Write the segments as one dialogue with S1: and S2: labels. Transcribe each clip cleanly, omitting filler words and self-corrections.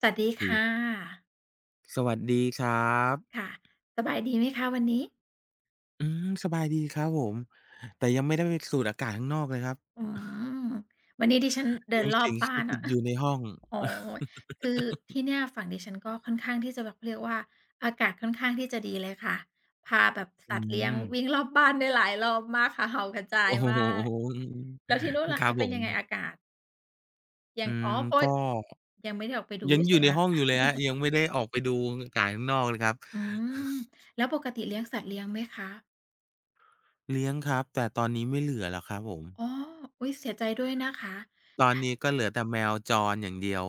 S1: สวัสดี
S2: ดี
S1: ค่ะ
S2: สวัสดีครับ
S1: ค่ะสบายดีไหมคะวันนี้
S2: สบายดีครับผมแต่ยังไม่ได้ไปสูดอากาศข้างนอกเลยครับ
S1: อืมวันนี้ดิฉันเดิน
S2: ยัง
S1: รอบ
S2: สิงส
S1: บ้าน
S2: ถิ
S1: อะ
S2: ตอ ยู่ในห้อง
S1: อ๋อ คือที่เนี่ยฝั่งดิฉันก็ค่อนข้างที่จะแบบเขาเรียกว่าอากาศค่อนข้างที่จะดีเลยค่ะพาแบบ
S2: อื
S1: สัตว์เลี้ยงวิ่ง
S2: ม
S1: รอบบ้านได้หลายรอบมากค่ะเห่ากระจาย
S2: โอ้โฮ
S1: มาก
S2: อืม
S1: แล้วที่นูน ล่ะ
S2: ครั
S1: คะ
S2: บผ
S1: เป็น
S2: ม
S1: ยังไงอากาศยั
S2: อื
S1: ง
S2: ม
S1: อ๋อเพราะ
S2: ก็
S1: ยังไม่ได้ออกไปดู
S2: ยังอ
S1: ใช่
S2: ยู่
S1: ไห
S2: ใน
S1: ม
S2: ห้องอยู่เลยครับยัง ไม่ได้ออกไปดูอากาศข้างนอกเลยครับ
S1: อืมแล้วปกติเลี้ยงสัตว์เลี้ยงไหมคะ
S2: เลี้ยงครับแต่ตอนนี้ไม่เหลือแล้วครับผม
S1: อ๋ออุ๊ยเสียใจด้วยนะคะ
S2: ตอนนี้ก็เหลือแต่แมวจรอย่างเดียว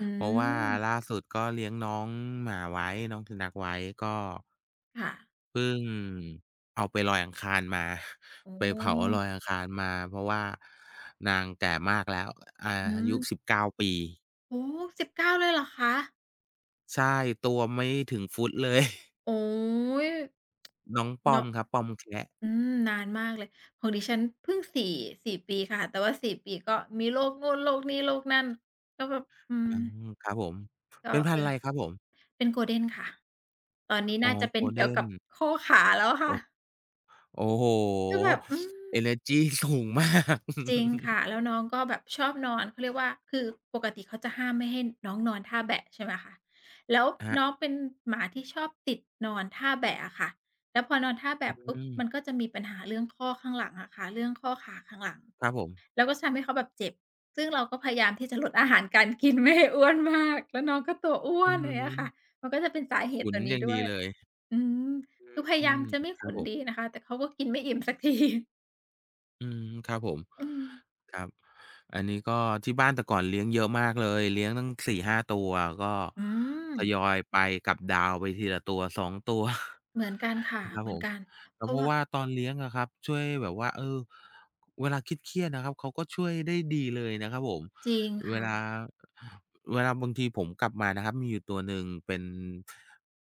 S1: อื
S2: เพราะว่าล่า
S1: ม
S2: สุดก็เลี้ยงน้องหมาไว้น้องสุนัขไว้ก็
S1: ค่ะ
S2: เพิ่งเอาไปลอยอังคารมา
S1: โอ้
S2: ไปเผาลอยอั
S1: อ
S2: งคารมาเพราะว่านางแก่มากแล้วอ
S1: ื
S2: ายุ
S1: ม
S2: สิบเก19ปี
S1: โอ้สิบเก้าเลยเหรอคะ
S2: ใช่ตัวไม่ถึงฟุตเลย
S1: โอ๊ย
S2: น้องปอ
S1: เนาะ
S2: มครับปอมแคระ
S1: อืมนานมากเลยของดิฉันเพิ่งสี่ปีค่ะแต่ว่าสี่ปีก็มีโรคนู่นโรคนี่โรคนั่นก็แบบอืม
S2: อมครับผม
S1: ก็
S2: เป็นพั
S1: เอ
S2: นธุ์อะ
S1: อ
S2: ไรครับผม
S1: เป็น Golden ค่ะตอนนี้
S2: อ๋อ
S1: น่าจะเป็นเกี่ยว
S2: Golden
S1: กับข้อขาแล้วค่ะ
S2: โอ้โอ้โห
S1: คือแบบอื
S2: เอ
S1: ม
S2: เนอร์จี สูงมาก
S1: จริงค่ะแล้วน้องก็แบบชอบนอนเขาเรียกว่าคือปกติเขาจะห้ามไม่ให้น้องนอนท่าแบะใช่ไหมคะแล้ว
S2: ครั
S1: น้อง
S2: บ
S1: เป็นหมาที่ชอบติดนอนท่าแบะอะค่ะแล้วพอนอนท่า
S2: อื
S1: แบะปุ๊บมันก็
S2: ม
S1: จะมีปัญหาเรื่องข้อข้างหลังอะค่ะเรื่องข้อขาข้างหลัง
S2: ครับผม
S1: แล้วก็ทำให้เขาแบบเจ็บซึ่งเราก็พยายามที่จะลดอาหารการกินไม่ให้อ้วนมากแล้วน้องก็ตัวอ้ว
S2: อื
S1: นอย่างเงี้ยค่ะ
S2: ม
S1: มันก็จะเป็นสาเหตุ
S2: ขุ
S1: ตั
S2: น
S1: ว
S2: อ
S1: นี้
S2: ย่าง
S1: ด้ว
S2: ดี
S1: ย
S2: เลย
S1: อืมคือพ
S2: อื
S1: ยายาม
S2: ม
S1: จะไม่
S2: ครั
S1: ขุ
S2: บ
S1: น
S2: ผ
S1: ดี
S2: ม
S1: นะคะแต่เขาก็กินไม่อิ่มสักที
S2: อืมครับผม
S1: อืม
S2: ครับอันนี้ก็ที่บ้านแต่ก่อนเลี้ยงเยอะมากเลยเลี้ยงตั้งสี่ห้าตัวก็
S1: อืม
S2: ทยอยไปกับดาวไปทีละตัว สองตัว
S1: เหมือนกันค่ะ
S2: ครับ
S1: เหมื
S2: ผ
S1: อน
S2: ม
S1: กันเพ
S2: แล้วเพ
S1: ราะว่า
S2: ราะว่าตอนเลี้ยงอะครับช่วยแบบว่าเออเวลาเครียดๆนะครับเขาก็ช่วยได้ดีเลยนะครับผม
S1: จริง
S2: เว
S1: ค่ะ
S2: ลาเวลาบางทีผมกลับมานะครับมีอยู่ตัวหนึ่งเป็น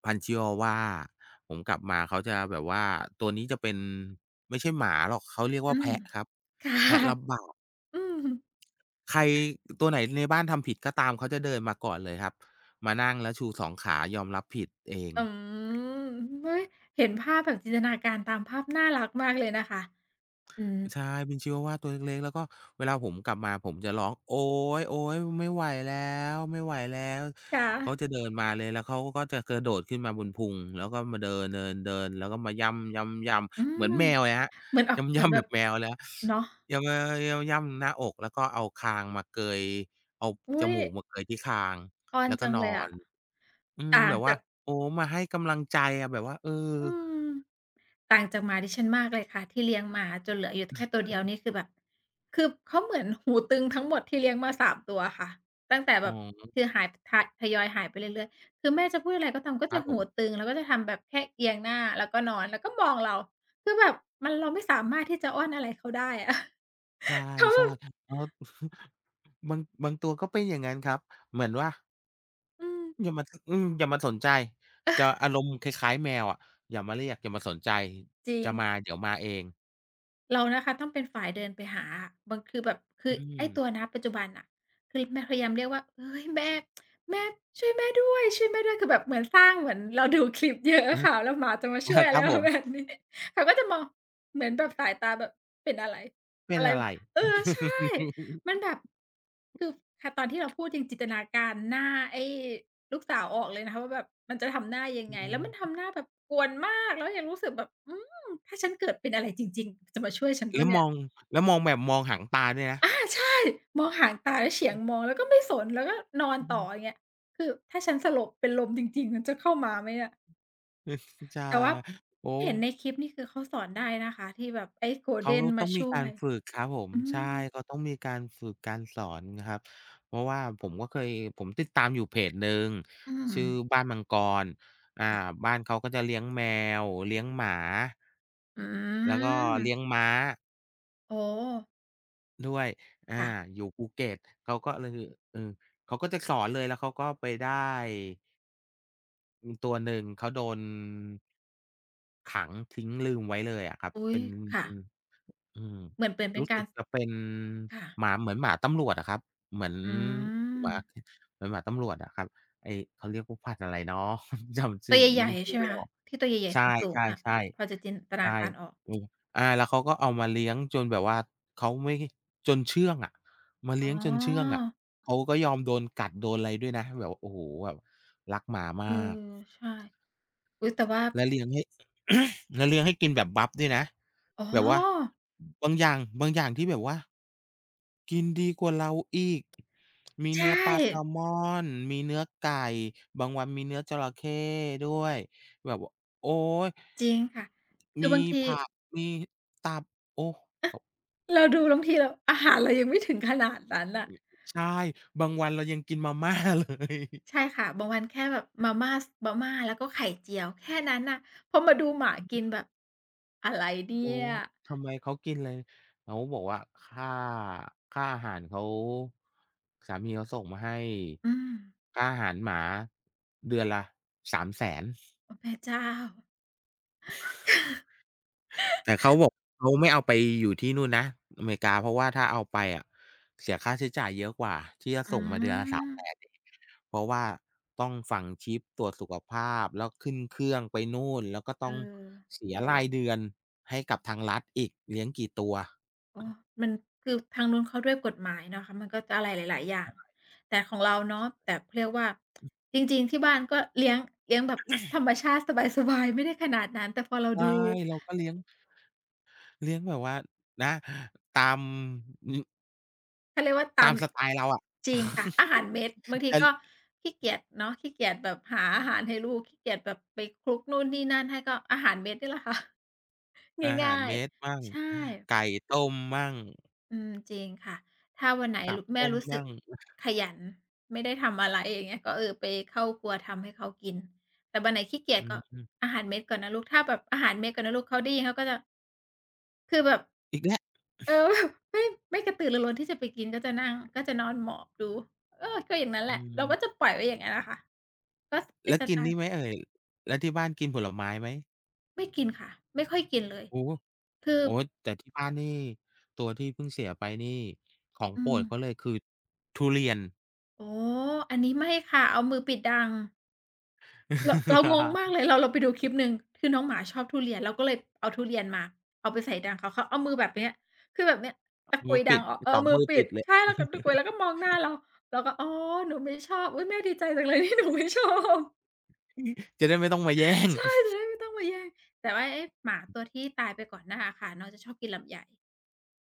S2: พันธุ์ชิวาว่าผมกลับมาเขาจะแบบว่าตัวนี้จะเป็นไม่ใช่หมาหรอกเขาเรียก
S1: อื
S2: ว่า
S1: ม
S2: แพะครับ
S1: ค่ะ
S2: แพะรับบาป
S1: อืม
S2: ใครตัวไหนในบ้านทำผิดก็ตามเขาจะเดินมาก่อนเลยครับมานั่งแล้วชูสองขายอมรับผิดเอง
S1: อืมเฮ้ยเห็นภาพแบบจินตนาการตามภาพน่ารักมากเลยนะคะอืม
S2: ใช่เป็นชิวาวาตัวเล็กๆแล้วก็เวลาผมกลับมาผมจะร้องโอ๊ยโอ๊ยไม่ไหวแล้วไม่ไหวแล้ว
S1: ค่ะ
S2: เขาจะเดินมาเลยแล้วเขาก็จะกระโดดขึ้นมาบนพุงแล้วก็มาเดินๆๆแล้วก็มาย่ำๆ
S1: อื
S2: ๆเหมือน
S1: ม
S2: แมวเลยครับ
S1: เหมือนออกเหมือ
S2: ย่ำ
S1: น
S2: ๆ
S1: แบ
S2: แบ
S1: บ
S2: บแมวเลยครับ
S1: เนาะ
S2: ย่ำๆย่ำๆหน้าอกแล้วก็เอาคางมาเกยเอาจ
S1: อุ๊ย
S2: มูกมาเกยที่คาง
S1: อ้อน
S2: แล้วก็
S1: จัง
S2: นอ
S1: เลยอะ
S2: น อืม
S1: ต่าง
S2: แบบ
S1: จา
S2: ว่า
S1: ก
S2: โอ้มาให้กำลังใจอะแบบว่าเออ
S1: อืม ต่างจากหมาดิฉันมากเลยค่ะที่เลี้ยงมาจนเหลืออยู่แค่ตัวเดียวนี่คือแบบคือเขาเหมือนหูตึงทั้งหมดที่เลี้ยงมาสามตัวค่ะตั้งแต่แบ
S2: อ๋
S1: บ
S2: อ
S1: คือหายททยอยหายไปเรื่อยๆคือแม่จะพูดอะไรก็ตามก็
S2: ครั
S1: จะ
S2: บผ
S1: หู
S2: ม
S1: ตึงแล้วก็จะทำแบบแค่เอียงหน้าแล้วก็นอนแล้วก็มองเราคือแบบมันเราไม่สามารถที่จะอ้อนอะไรเขาได้อะ
S2: ใช่
S1: เขาแบบ
S2: ๆแล้ว บางตัวก็เป็นอย่างงั้นครับเหมือนว่า
S1: อืม
S2: อย่ามาอืมอย่ามาสนใจจะอารมณ์คล้ายๆแมวอะอย่ามาเรียกอย่ามาสนใจ
S1: จริง
S2: จะมาเดี๋ยวมาเอง
S1: เรานะคะต้องเป็นฝ่ายเดินไปหา บางคือแบบคือ
S2: อื
S1: ไอ้
S2: ม
S1: ตัวณปัจจุบันน่ะคือแม่พยายามเรียกว่าเฮ้ยแม่ช่วยแม่ด้วยช่วยแม่ด้วยคือแบบเหมือนสร้างเหมือนเราดูคลิปเยอะ
S2: เออ
S1: อะค่ะแล้วหมาจะมาช่วยอะ
S2: ค
S1: ไร
S2: รับ
S1: ป
S2: ผ
S1: ระมาณ
S2: ม
S1: นี้เขาก็จะมองเหมือนแบบสายตาแบบเป็นอะไร
S2: เป็น
S1: อะไร
S2: อะไร
S1: เออใช่มันแบบคือค่ะตอนที่เราพูดยังจินตนาการหน้าไอ้ลูกสาวออกเลยนะคะว่าแบบมันจะทำหน้ายัง
S2: อื
S1: ไงแล้
S2: ม
S1: วมันทำห น้าแบบกวนมากแล้วยังรู้สึกแบบอื ถ้าฉันเกิดเป็นอะไรจริงๆจะมาช่วยฉันเปล่า
S2: แล้ว
S1: เนี่
S2: ม
S1: ย
S2: องแล้วมองแบบมองหางตาด้วยนะ
S1: อาใช่มองหางตาแล้วเฉีย
S2: อื
S1: ง
S2: อ
S1: มองแล้วก็ไม่สนแล้วก็นอน
S2: อื
S1: ต่อ
S2: อ
S1: อย่างเงี้ยคือถ้าฉันสลบเป็นลมจริงๆมันจะเข้ามาไหมอะ
S2: ใช่
S1: แต่ว่า
S2: ครับโอ้
S1: ที่เห็นในคลิปนี่คือเขาสอนได้นะคะที่แบบไอ้
S2: เขา
S1: Golden มา
S2: ต้องมี
S1: ช่ว
S2: กา
S1: ย
S2: รฝึกครับผม
S1: อืม
S2: ใช่เขาต้องมีการฝึกการสอนครับเพราะว่าผมก็เคยผมติดตามอยู่เพจหนึ่ง
S1: อืม
S2: ชื่อบ้านมังกรอ่า
S1: ค่ะ
S2: บ้านเขาก็จะเลี้ยงแมวเลี้ยงหมา
S1: อื
S2: แล้วก็เลี้ยง
S1: ม
S2: ม้า
S1: อ๋อ
S2: ด้วยอา
S1: ค่ะ
S2: อยู่ภูเก็ตเขาก็เลยเออเขาก็จะสอนเลยแล้วเขาก็ไปได้อือตัวหนึ่งเขาโดนขังทิ้งลืมไว้เลยอะครับ
S1: อุ๊ย
S2: เป็น
S1: ค่ะ
S2: อืม
S1: เหมือนเป็น
S2: รู้
S1: กา
S2: สึ
S1: ร
S2: กจะเป็น
S1: ค่ะ
S2: หมาเหมือนหมาตำรวจอะครับเหมือน
S1: อืม
S2: หมาเหมือนหมาตำรวจอะครับไอ้เขาเรียกว่าพันธุ์อะไรเนาะ จำ
S1: ตั
S2: ชื่
S1: ว
S2: อ
S1: ใหญ่
S2: นึก
S1: ๆ
S2: ชื่
S1: ใช่
S2: อ
S1: ไหม
S2: ไม่อ
S1: คะ
S2: อก
S1: ที่ตัวใหญ่ๆ
S2: ใช่
S1: สูงๆ
S2: ๆ
S1: อะๆพอจะจินต
S2: ๆ
S1: นา
S2: ใช่
S1: การออก
S2: อืออาแล้วเขาก็เอามาเลี้ยงจนแบบว่าเขาไม่จนเชื่องอะมา
S1: อ๋อ
S2: เลี้ยงจนเชื่องอะเขาก็ยอมโดนกัดโดนอะไรด้วยนะแบบโอ้โฮแบบรักหมา
S1: เอ
S2: มาก
S1: อใช่อุ๊ยแต่ว่า
S2: แล้วเลี้ยงให้ แล้วเลี้ยงให้กินแบบบัฟด้วยนะ
S1: อ๋อ
S2: แบบว่าบางอย่างที่แบบว่ากินดีกว่าเราอีกมี
S1: ใช่
S2: เนื้อปลาแซลมอนมีเนื้อไก่บางวันมีเนื้อจระเข้ด้วยแบบว่าโอ้ย
S1: จริงค่ะคือ
S2: มี
S1: บางที
S2: ผักมีตับโอ้
S1: เราดูบางทีเราอาหารเรายังไม่ถึงขนาดนั้นน่ะ
S2: ใช่บางวันเรายังกินมาม่า เลย
S1: ใช่ค่ะบางวันแค่แบบมาม่ามาม่าแล้วก็ไข่เจียวแค่นั้นน่ะพอมาดูหมากินแบบอะไรเนี่
S2: โอ้
S1: ย
S2: ทำไมเขากินอะไรเขาบอกว่าค่าค่าอาหารเขาสามีเขาส่งมาให้
S1: อืม
S2: ค่าอาหารหมาเดือนละ300,000แสน
S1: โอ้พระเจ้า
S2: แต่เขาบอกเขาไม่เอาไปอยู่ที่นู่นนะอเมริกาเพราะว่าถ้าเอาไปอะเสียค่าใช้จ่ายเยอะกว่าที่จะ
S1: อื
S2: ส่งมาเดือนละสามแสน
S1: ม
S2: เพราะว่าต้องฝังชิปตรวจสุขภาพแล้วขึ้นเครื่องไปนู่นแล้วก็
S1: เอ
S2: ต้อง
S1: อ
S2: เสียรายเดือนให้กับทางรัฐอีกเลี้ยงกี่ตัว
S1: อ๋อมันคือทางนู้นเขาด้วยกฎหมายเนาะคะมันก็จะอะไรหลายๆอย่างแต่ของเราเนาะแต่เขาเรียกว่าจริงๆที่บ้านก็เลี้ยงเลี้ยงแบบธรรมชาติสบายๆไม่ได้ขนาดนั้นแต่พอเรา
S2: ใช่
S1: ดู
S2: เราก็เลี้ยง เลี้ยงแบบว่านะตามอือ
S1: เขาเรียกว่าต
S2: ตามสไตล์เราอะ
S1: ำจริงค่ะอา หารเม็ดบางที
S2: จะ
S1: ก็ขี้เกียจเนาะขี้เกียจแบบหาอาหารให้ลูกขี้เกียจแบบไปคลุกนู่นนี่นั่นให้ก็อาหารเม็ดนี่แหละค่ะ
S2: อา หาร
S1: ง่าย
S2: เม็ดมั่ง
S1: ๆใช่
S2: ไก่ต้มมั่ง
S1: อืมจริงค่ะถ้าวันไหน
S2: ตับ
S1: แม่
S2: ต้ม
S1: รู้สึก
S2: มั่ง
S1: ขยันไม่ได้ทำอะไรอย่างเงี้ยก็เออไปเข้าครัวทำให้เขากินแต่วันไหนขี้เกียจ
S2: อื
S1: ก็
S2: ม
S1: อาหารเม็ดก่อนนะลูกถ้าแบบอาหารเม็ดก่อนนะลูกเขาได้ยินเขาก็จะคือแบบ
S2: อีกแล้ว
S1: เออ แบบไม่กระตือรือร้นที่จะไปกินก็จะนั่งก็จะนอนหมอบดูเออก็อย่างนั้นแห
S2: อื
S1: ละเราก็จะ
S2: ม
S1: ปล่อยไว้อย่างงั้นอะค่ะก็สเป็น
S2: แล้ว
S1: ส
S2: กิ
S1: ไต
S2: นนี่ไหม
S1: ล์
S2: เอ่ยแล้วที่บ้านกินผลไม้ไหม
S1: ไม่กินค่ะไม่ค่อยกินเลย
S2: โอ้โฮ
S1: คือ
S2: โอ้โฮแต่ที่บ้านนี่ตัวที่เพิ่งเสียไปนี่ของ
S1: อื
S2: โปร
S1: ม
S2: ดเขาเลยคือทุเรียน
S1: อ๋ออันนี้ไม่ค่ะเอามือปิดดัง เรางงมากเลย เราไปดูคลิปหนึ่งคือน้องหมาชอบทุเรียนเราก็เลยเอาทุเรียนมาเอาไปใส่ดังเขาเอามือแบบเนี้ยคือแบบเนี้ยตะ
S2: มื
S1: กุย
S2: อ
S1: ดั
S2: ปิ
S1: ง
S2: ด
S1: ออกเออ
S2: 2
S1: มือ
S2: มือ
S1: ปิด
S2: ติดเลย
S1: ใช่แล้วก็ตะกุยแล้วก็มองหน้าเราเราก็อ๋อหนูไม่ชอบอุ๊ยแม่ดีใจจังเลยที่หนูไม่ชอบ
S2: จะได้ไม่ต้องมาแย่ง
S1: ใช่จะได้ไม่ต้องมาแย่งแต่ว่าไอ้หมาตัวที่ตายไปก่อนหน้าอะค่ะน้องจะชอบกินลำไย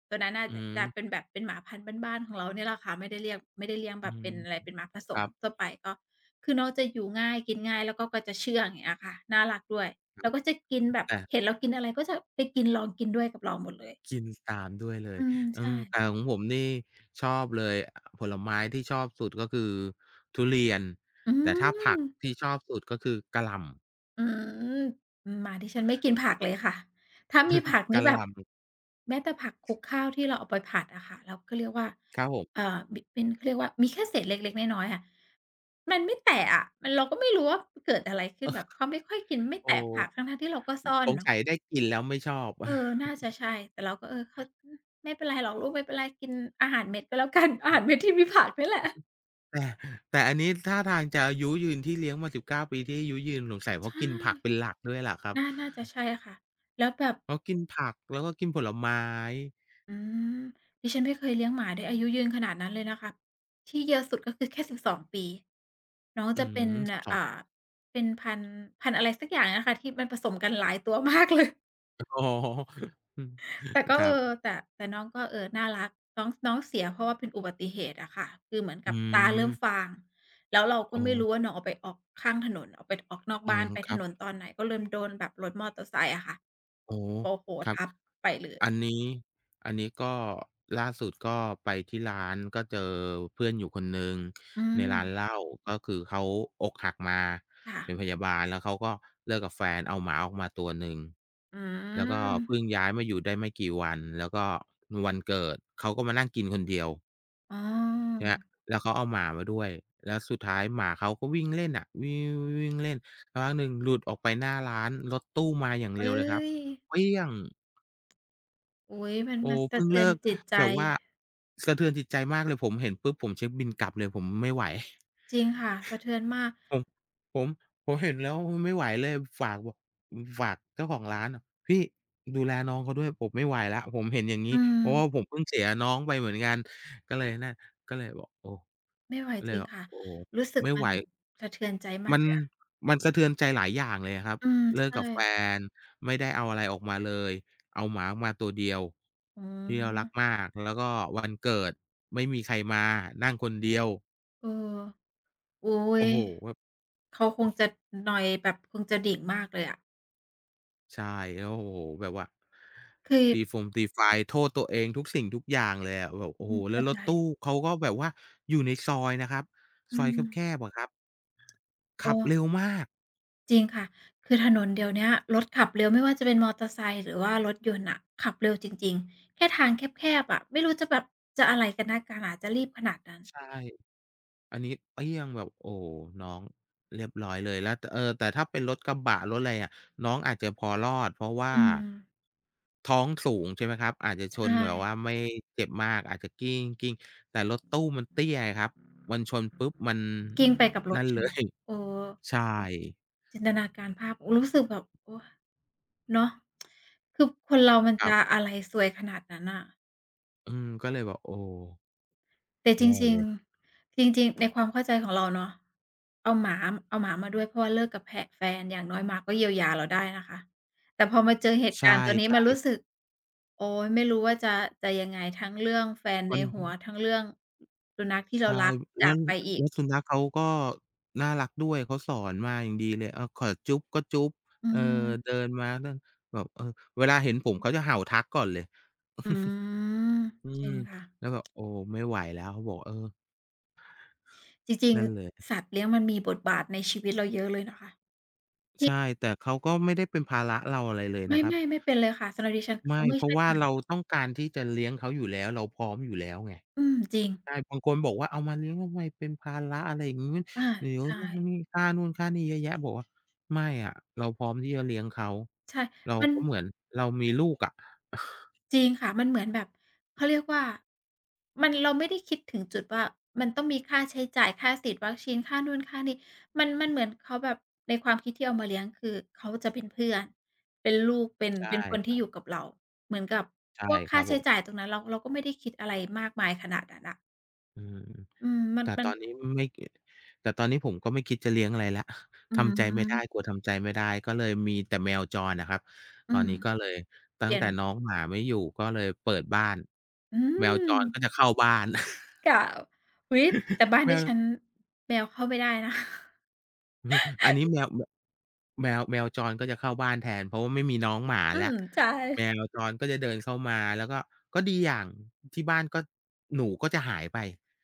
S1: ตัวนั้นน่ะ
S2: อื
S1: จะเป็น
S2: ม
S1: แบบเป็นหมาพันธุ์บ้านๆของเราเนี่ยแหละค่ะไม่ได้เลี้ยงแบ
S2: อื
S1: บเป็
S2: ม
S1: นอะไรเป็นหมาผส
S2: ค
S1: ม
S2: รับ
S1: ทั่วไปก็คือน้องจะอยู่ง่ายกินง่ายแล้วก็จะเชื่องอย่างเงี้ยค่ะน่ารักด้วย
S2: ครั
S1: แล้
S2: บ
S1: วก็จะกินแบบ
S2: แต่
S1: เห็นเรากินอะไรก็จะไปกินลองกินด้วยกับเราหมดเลย
S2: กินตามด้วยเลย
S1: อืม
S2: อื
S1: ใช่
S2: มแต่ของผมนี่ชอบเลยอผลไม้ที่ชอบสุดก็คือทุเรียน
S1: อื
S2: แต่ถ้า
S1: ม
S2: ผักที่ชอบสุดก็คือกะหล่
S1: อืมหมาดิฉันไม่กินผักเลยค่ะถ้ามีผัก
S2: ำ
S1: นี่
S2: กะห
S1: แบบ
S2: ล่
S1: แม้แต่ผักคลุกข้าวที่เราเอาไปผัดอะค่ะเราก็เรียกว่า
S2: ำครับผม
S1: บิเป็นเขาเรียกว่ามีแค่เศษเล็กๆน้อยๆอะมันไม่แตะอะมันเราก็ไม่รู้ว่าเกิดอะไรขึ้นแบบเขาไม่ค่อยกินไม่
S2: โอ้
S1: แตะผักทั้งๆที่เราก็ซ่อน
S2: สง
S1: เนาะ
S2: สัยได้กินแล้วไม่ชอบ
S1: เออน่า จะใช่แต่เราก็เออเขาอืมไม่เป็นไรหรอกลูกไม่เป็นไรกินอาหารเม็ดก็แล้วกัน อาหารเม็ดที่มีผักนี่แหละ
S2: แต่แต่อันนี้ท่าทางจะอายุยืนที่เลี้ยงมา19 ปีที่อายุยืนสงสัยเพราะ
S1: ใช่
S2: กินผักเป็นหลักด้วยแหละครับ
S1: น่าจะใช่ค่ะแล้วแบบ
S2: เพราะกินผักแล้วก็กินผลไม้
S1: อืมดิฉันไม่เคยเลี้ยงหมาได้อายุยืนขนาดนั้นเลยนะคะที่เยอะสุดก็คือแค่สิบสองปีน้อง
S2: อื้
S1: จะ
S2: อ
S1: เป็น
S2: ฮือ12
S1: อ่าเป็นพันธุ์พันธุ์อะไรสักอย่างนะคะที่มันผสมกันหลายตัวมากเลย
S2: อ๋ ออืม
S1: แต่ก็
S2: ค
S1: เอ
S2: รับ
S1: อแต่น้องก็เออน่ารักน้องน้องเสียเพราะว่าเป็นอุบัติเหตุอะค่ะคือเหมือนกั
S2: อื
S1: บตาเริ่ม
S2: ม
S1: ฟางแล้วเราก็
S2: อ๋อ
S1: ไม่รู้ว่าน้องเอาไปออกข้างถนนเอาไปออกนอก
S2: อื
S1: บ้าน
S2: ม
S1: ไป
S2: ค
S1: ถ
S2: รับ
S1: นนตอนไหนก็เลยโดนแบบรถมอเตอร์ไซค์อะค่ะ
S2: อ๋อ
S1: โอ้โฮ
S2: ครับ
S1: ทับไปเล
S2: อัน
S1: ย
S2: นี้อันนี้ก็ล่าสุดก็ไปที่ร้านก็เจอเพื่อนอยู่คนหนึ่ง
S1: อื
S2: ใน
S1: ม
S2: ร้านเหล้าก็คือเขาอกหักมา
S1: ค่ะ
S2: เป็นพยาบาลแล้วเขาก็เลิกกับแฟนเอาหมาออกมาตัวหนึ่ง
S1: อื
S2: แล้วก็
S1: ม
S2: เพิ่งย้ายมาอยู่ได้ไม่กี่วันแล้วก็วันเกิดเขาก็มานั่งกินคนเดียว
S1: อา
S2: ใช่ไหมแล้วเขาเอาหมามาด้วยแล้วสุดท้ายหมาเขาก็วิ่งเล่นอะวิ่งวิ่งวิ่งเล่นสักพักหนึ่งหลุดออกไปหน้าร้านรถตู้มาอย่าง
S1: เอ้
S2: เร็วเลยครับ
S1: ย
S2: เปี้ยง
S1: โอ๊ยมัน
S2: โอ้
S1: สะ
S2: เพิ่ง
S1: เทือน
S2: เลิก
S1: จิตใจ
S2: แบบว่าสะเทือนจิตใจมากเลยผมเห็นปุ๊บผมเช็กบิลกลับเลยผมไม่ไหว
S1: จริงค่ะสะเทือนมาก
S2: ผมผมผมเห็นแล้วไม่ไหวเลยฝากบอกฝากเจ้าของร้านอะพี่ดูแลน้องเขาด้วยผมไม่ไหวแล้วผมเห็นอย่างงี้
S1: อื
S2: เพราะว่า
S1: ม
S2: ผมเพิ่งเสียน้องไปเหมือนกันก็เลยนั่นก็เลยบอกโอ้
S1: ไม่ไหว
S2: ก็เล
S1: จ
S2: ย
S1: ริง
S2: บอก
S1: ค่ะ
S2: โอ้
S1: รู้สึก
S2: ไม่
S1: มั
S2: ไห
S1: น
S2: ว
S1: สะเทือนใจมาก
S2: มัน
S1: เลยอะ
S2: มันสะเทือนใจหลายอย่างเลยอะครับ
S1: อืม
S2: เลิก
S1: ใช่
S2: กับแฟนไม่ได้เอาอะไรออกมาเลยเอาหมามาตัวเดียว
S1: อ๋อ
S2: ที่เรารักมากแล้วก็วันเกิดไม่มีใครมานั่งคนเดียว
S1: เออโอ๊ย
S2: โอ้โฮแบบ
S1: เขาคงจะนอยแบบคงจะดิ่งมากเลยอะ
S2: ใช่แล้วโอ้โฮแบบว่า
S1: คือ
S2: ตีฟงตีไฟโทษตัวเองทุกสิ่งทุกอย่างเลยอะแบบโอ้
S1: อื
S2: โฮ
S1: ม
S2: แล้
S1: เข้า
S2: วร
S1: ใจ
S2: ถตู้เขาก็แบบว่าอยู่ในซอยนะครับ
S1: อื
S2: ซอยแค
S1: ม
S2: บๆอะครับ
S1: เอ
S2: ขับเร็
S1: อ
S2: วมาก
S1: จริงค่ะคือถนนเดี๋ยวเนี้ยรถขับเร็วไม่ว่าจะเป็นมอเตอร์ไซค์หรือว่ารถยนต์อ่ะขับเร็วจริงๆแค่ทางแคบๆอะไม่รู้จะแบบจะอะไรกันนักกันน่ะจะรีบขนาดนั้น
S2: ใช่ อันนี้เอี้ยงแบบโอ้น้องเรียบร้อยเลยแล้วตเออแต่ถ้าเป็นรถกระบะรถอะไรอะน้องอาจจะพอรอดเพราะว่า
S1: อืม
S2: ท้องสูงใช่ไหมครับอาจจะช
S1: ใช่
S2: นแบบว่าไม่เจ็บมากอาจจะกลิ้งๆแต่รถตู้มันเตี้ยไงครับมันชนปุ๊บมัน
S1: กลิ้งไปกับรถ
S2: นั่น
S1: ช
S2: เล
S1: น
S2: ย
S1: เออ
S2: ใช่
S1: จินตนาการภาพโอ้รู้สึกแบบโอ้เนาะคือคนเรามัน
S2: ครั
S1: จะ
S2: บ
S1: อะไรซวยขนาดนั้นน่ะ
S2: อืมก็เลยแบบโอ้
S1: แต่จ
S2: แย่
S1: ริง
S2: เลย
S1: ๆจริงๆในความเข้าใจของเราเนาะเอาหมาเอาหมามาด้วยเพราะว่าเลิกกับแพะแฟนอย่างน้อยหมาก็เยียวยาเราได้นะคะแต่พอมาเจอเหตุ
S2: ใช
S1: การณ์ตัวนี้มัน
S2: ่
S1: รู้สึกโอ๊ยไม่รู้ว่าจะยังไงทั้งเรื่องแฟน
S2: ๆมั
S1: ใน
S2: น
S1: หัวทั้งเรื่องสุนัขที่เรา
S2: ใช่
S1: รัก
S2: แล้
S1: จาก
S2: ว
S1: ไปอีก
S2: แล้วสุนัขเขาก็น่ารักด้วย เขาสอนมาอย่างดีเลยเออขอจุ๊บก็จุ๊บ
S1: อื
S2: เออ
S1: ม
S2: เดินมาเรื่แบบเออเวลาเห็นผมเขาจะเห่าทักก่อนเลย
S1: อื ม
S2: อื
S1: จ
S2: ม
S1: ริงค่ะ
S2: แล้วแบบโอ้ไม่ไหวแล้วเขาบอกเออ
S1: จริง
S2: นั่นเลย
S1: ๆสัตว์เลี้ยงมันมีบทบาทในชีวิตเราเยอะเลยนะคะที่
S2: ใช่แต่เขาก็ไม่ได้เป็นภาระเราอะไรเลยนะครับ
S1: ไม่เป็นเลยค่ะสำหรับดิฉัน
S2: ไม่
S1: เขาไม่
S2: เพราะ
S1: ใช่
S2: ว่าเรา ต้องการที่จะเลี้ยงเขาอยู่แล้วเราพร้อมอยู่แล้วไง
S1: อืมจริง
S2: ใช่บางคนบอกว่าเอามาเลี้ยงทำไมเป็นภาระอะไรอย่างงี้
S1: อา
S2: เดี๋ยว
S1: ใช่
S2: นู่นนี่ค่านู่นค่านี่เยอะแยะบอกว่าไม่อะเราพร้อมที่จะเลี้ยงเขา
S1: ใช่
S2: เรา
S1: มัน
S2: ก็เหมือนเรามีลูกอะ
S1: จริงค่ะมันเหมือนแบบเขาเรียกว่ามันเราไม่ได้คิดถึงจุดว่ามันต้องมีค่าใช้จ่ายค่าฉีดวัคซีนค่านู่นค่านี่มันเหมือนเขาแบบในความคิดที่เอามาเลี้ยงคือเขาจะเป็นเพื่อนเป็นลูก
S2: ใช่
S1: เป็นคน
S2: ค
S1: ที่
S2: รั
S1: อ
S2: บ
S1: ยู่กับเราเหมือนกับ
S2: ใช่
S1: พวก
S2: ค
S1: ค่า
S2: รับผ
S1: ใช้จ่าย
S2: ม
S1: ตรงนั้นเราก็ไม่ได้คิดอะไรมากมายขนาดนั้นน่ะ
S2: อืม
S1: อืมมัน
S2: แต่
S1: มั
S2: ต
S1: น
S2: อนนี้ไม่แต่ตอนนี้ผมก็ไม่คิดจะเลี้ยงอะไรแล้ว
S1: อื
S2: ทำใจไม่ได้ก
S1: ม
S2: ลัวทำใจไม่ได้ก็เลยมีแต่แมวจรอะครับ
S1: อื
S2: ตอน
S1: ม
S2: นี้ก็เลย
S1: เป
S2: ตั้ง
S1: ลี่ยน
S2: แต่น้องหมาไม่อยู่ก็เลยเปิดบ้าน
S1: อื
S2: แมวจ
S1: ม
S2: รก็จะเข้าบ้าน
S1: ค่ะอุ๊ยแต่บ้าน
S2: แม
S1: ดิ
S2: ว
S1: ฉันแมวเข้าไม่ได้นะ
S2: อืออันนี้แมวมแมวแมวจรก็จะเข้าบ้านแทนเพราะว่าไม่มีน้องหมา
S1: อื
S2: แล้
S1: ม
S2: ว
S1: ใช
S2: แม
S1: ่
S2: วจรก็จะเดินเข้ามาแล้วก็ก็ดีอย่างที่บ้านก็หนูก็จะหายไป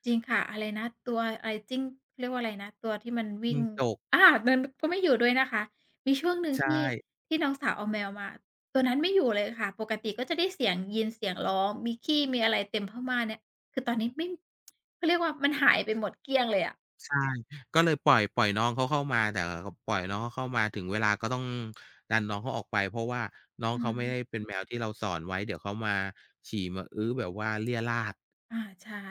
S1: จริงค่ะอะไรนะตัวอะไรจิ้งเรียกว่าอะไรนะตัวที่มันวิ่
S2: จิ้
S1: ง
S2: งจก
S1: อามันก็ไม่อยู่ด้วยนะคะมีช่วงหนึ่ง
S2: ใช่
S1: ที่น้องสาวเอาแมวมาตัวนั้นไม่อยู่เลยค่ะปกติก็จะได้เสียงยินเสียงร้องมีขี้มีอะไรเต็มผ้าม่านเนี่ยคือตอนนี้ไม่เขาเรียกว่ามันหายไปหมดเกลี้ยงเลยอะ
S2: ใช่ก็เลยปล่อยน้องเขาเข้ามาแต่ปล่อยน้องเขาเข้ามาถึงเวลาก็ต้องดันน้องเขาออกไปเพราะว่าน้อง
S1: อื
S2: เขาไม่ได้
S1: ม
S2: เป็นแมวที่เราสอนไว้เดี๋ยวเขามาฉี่มาอื้อแบบว่าเรี่ยราด
S1: อาใช่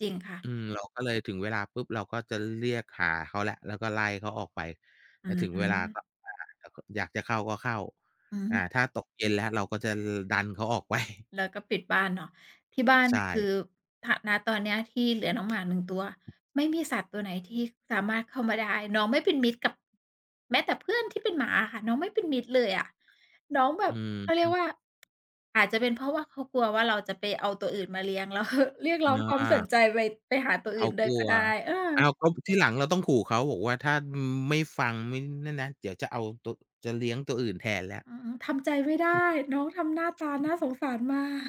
S1: จริงค่ะ
S2: อืมเราก็เลยถึงเวลาปุ๊บเราก็จะเรียกหาเขาแล้วแล้วก็ไล่เขาออกไป
S1: อื
S2: แล้วถึงเวลาก็
S1: ม
S2: อาแล้วก็อยากจะเข้าก็เข้า
S1: อื
S2: อ่า
S1: ม
S2: ถ้าตกเย็นแล้วเราก็จะลดันเขาออกไป
S1: แล้ว ก็ปิดบ้านเนาะที่บ้าน
S2: ใช่
S1: คือถณตอนเนี้ยที่เหลือน้องหมา1ตัวไม่มีสัตว์ตัวไหนที่สามารถเข้ามาได้น้องไม่เป็นมิตรกับแม้แต่เพื่อนที่เป็นหมาอะค่ะน้องไม่เป็นมิตรเลยอะน้องแบ
S2: อื
S1: บเขาเรีย
S2: ม
S1: กว่าอาจจะเป็นเพราะว่าเขากลัวว่าเราจะไปเอาตัวอื่นมาเลี้ยงแล้ว เรียกร้องค
S2: อ
S1: วามสนใจ
S2: า
S1: ไปหาตัวอื่
S2: เขา
S1: นด้ว
S2: ก
S1: ย
S2: ลั
S1: ก็
S2: ว
S1: ได้เออ
S2: อ้าวก็
S1: ช
S2: ทีหลังเราต้องขู่เขาบอกว่าถ้าไม่ฟังไม่นั่นนะเดี๋ยวจะเอาตัวจะเลี้ยงตัวอื่นแทนแล้ว
S1: อือทำใจไม่ได้น้องทำหน้าตาน่าสงสารมาก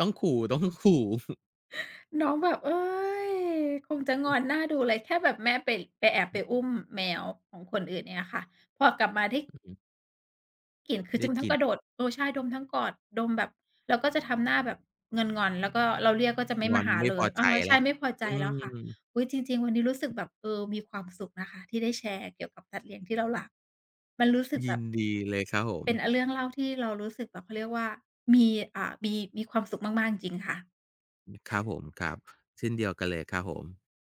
S2: ต้องขู่ ต้องขู่
S1: น้องแบบเอ้ยคงจะงอนหน่าดูเลยแค่แบบแม่ไปแอบไปอุ้มแมวของคนอื่นเนี่ยค่ะพอกลับมาได้
S2: อืม
S1: กลิ่นคือ
S2: ได้
S1: จะ
S2: ก
S1: ทั้งก
S2: ลิ่น
S1: ระโดดเออใช่ดมทั้งกอดดมแบบแล้วก็จะทำหน้าแบบงอนๆแล้วก็เราเรียกก็จะไม่
S2: งอ
S1: มา
S2: น
S1: หา
S2: ไม่
S1: เล
S2: พอ
S1: ยเอ
S2: ใจ
S1: อใช่
S2: แล้ว
S1: ไม่พอใจ
S2: อื
S1: แล้วค่ะ
S2: ม
S1: อุ๊ยจริงๆวันนี้รู้สึกแบบเออมีความสุขนะคะที่ได้แชร์เกี่ยวกับสัตว์เลี้ยงที่เรารักมันรู้สึกแบ
S2: ยิ
S1: บ
S2: นดีเลยครับผม
S1: เป็นอเรื่องเล่าที่เรารู้สึกแบบเขาเรียกว่ามีมีความสุขมากๆจริงๆค่ะ
S2: ครับผมครับเช่นเดียวกันเลยครับผม